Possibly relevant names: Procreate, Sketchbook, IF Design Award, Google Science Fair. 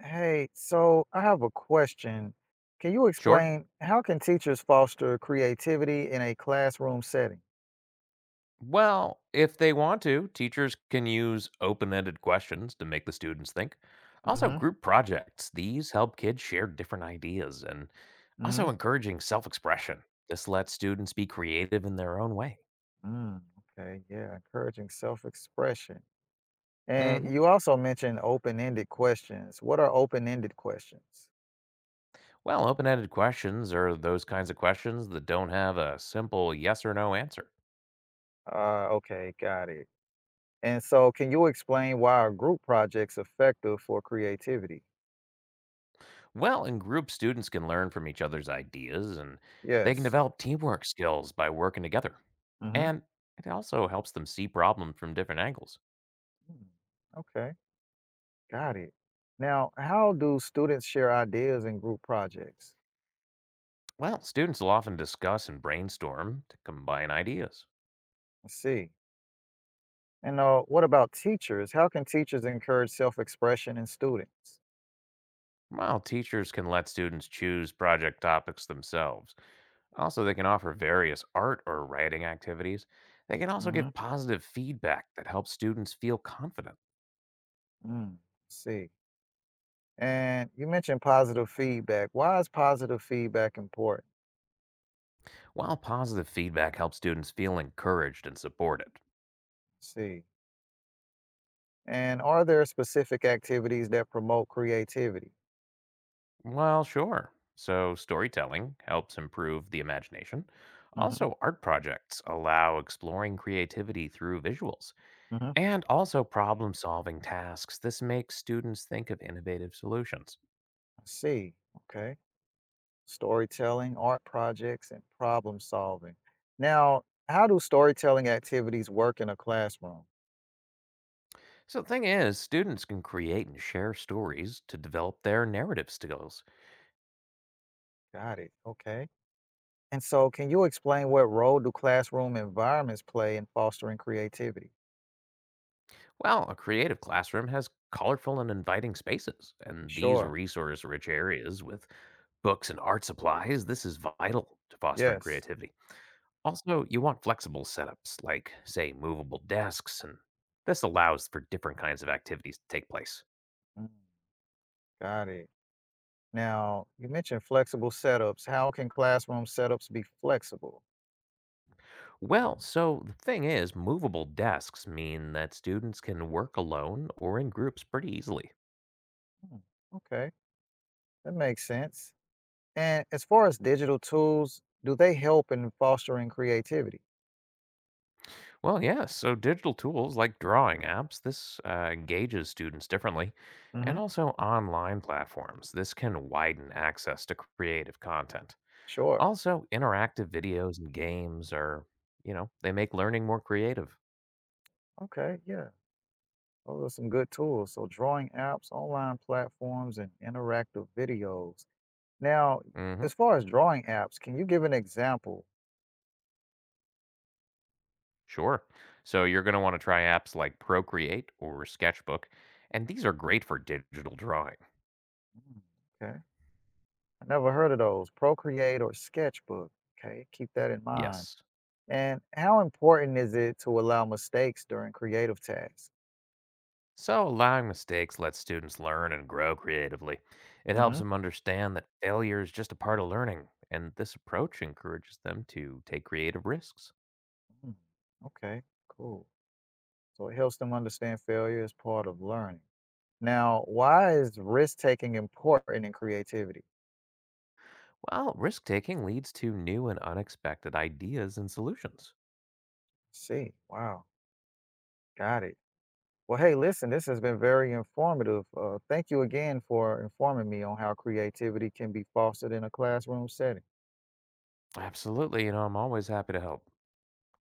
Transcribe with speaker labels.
Speaker 1: Hey, so I have a question. Can you
Speaker 2: Sure.
Speaker 1: explain how can teachers foster creativity in a classroom setting?
Speaker 2: Well, if they want to, teachers can use open ended questions to make the students think. Also,
Speaker 1: hmm
Speaker 2: group projects. These help kids share different ideas, and
Speaker 1: hmm
Speaker 2: also encouraging self expression. This lets students be creative in their own way.
Speaker 1: Mm, okay, yeah, encouraging self-expression. And
Speaker 2: hmm
Speaker 1: you also mentioned open-ended questions. What are open-ended questions?
Speaker 2: Well, open ended questions are those kinds of questions that don't have a simple yes or no answer.
Speaker 1: Okay, got it. And so can you explain why are group projects effective for creativity?
Speaker 2: Well, in groups, students can learn from each other's ideas, and they can
Speaker 1: Yes.
Speaker 2: develop teamwork skills by working together.
Speaker 1: Mm-hmm.
Speaker 2: And it also helps them see problems from different angles.
Speaker 1: Hmm. Okay. Got it. Now, how do students share ideas in group projects?
Speaker 2: Well, students will often discuss and brainstorm to combine ideas.
Speaker 1: I see. And what about teachers? How can teachers encourage self expression in students?
Speaker 2: While teachers can let students choose project topics themselves. Also, they can offer various art or writing activities. They can also
Speaker 1: hmm
Speaker 2: give positive feedback that helps students feel confident.
Speaker 1: Mm, I see. And you mentioned positive feedback. Why is positive feedback important?
Speaker 2: While positive feedback helps students feel encouraged and supported.
Speaker 1: I see. And are there specific activities that promote creativity?
Speaker 2: Well, sure. So, storytelling helps improve the imagination.
Speaker 1: hmm
Speaker 2: Also, art projects allow exploring creativity through visuals,
Speaker 1: hmm
Speaker 2: and also problem solving tasks. This makes students think of innovative solutions.
Speaker 1: I see. Okay. Storytelling, art projects, and problem solving. Now, how do storytelling activities work in a classroom?
Speaker 2: So, the thing is, students can create and share stories to develop their narrative skills.
Speaker 1: Got it. Okay. And so, can you explain what role do classroom environments play in fostering creativity?
Speaker 2: Well, a creative classroom has colorful and inviting spaces, and these
Speaker 1: Sure.
Speaker 2: resource rich areas with books and art supplies, this is vital to fostering
Speaker 1: Yes.
Speaker 2: creativity. Also, you want flexible setups like, say, movable desks, and this allows for different kinds of activities to take place.
Speaker 1: Mm, got it. Now, you mentioned flexible setups. How can classroom setups be flexible?
Speaker 2: Well, so the thing is, movable desks mean that students can work alone or in groups pretty easily.
Speaker 1: Hmm, okay, that makes sense. And as far as digital tools, do they help in fostering creativity?
Speaker 2: Well, yeah, so digital tools like drawing apps, this engages students differently. And
Speaker 1: hmm
Speaker 2: also online platforms, this can widen access to creative content.
Speaker 1: Sure.
Speaker 2: Also, interactive videos and games are, they make learning more creative.
Speaker 1: Okay, yeah. Those are some good tools. So, drawing apps, online platforms, and interactive videos. Now,
Speaker 2: hmm
Speaker 1: as far as drawing apps, can you give an example?
Speaker 2: Sure. So you're going to want to try apps like Procreate or Sketchbook, and these are great for digital drawing.
Speaker 1: Mm, okay. I never heard of those. Procreate or Sketchbook. Okay. Keep that in mind.
Speaker 2: Yes.
Speaker 1: And how important is it to allow mistakes during creative tasks?
Speaker 2: So allowing mistakes lets students learn and grow creatively. It helps
Speaker 1: hmm
Speaker 2: them understand that failure is just a part of learning, and this approach encourages them to take creative risks.
Speaker 1: Okay, cool. So, it helps them understand failure as part of learning. Now, why is risk taking important in creativity?
Speaker 2: Well, risk taking leads to new and unexpected ideas and solutions.
Speaker 1: See, wow. Got it. Well, hey, listen, this has been very informative. Thank you again for informing me on how creativity can be fostered in a classroom setting.
Speaker 2: Absolutely. I'm always happy to help.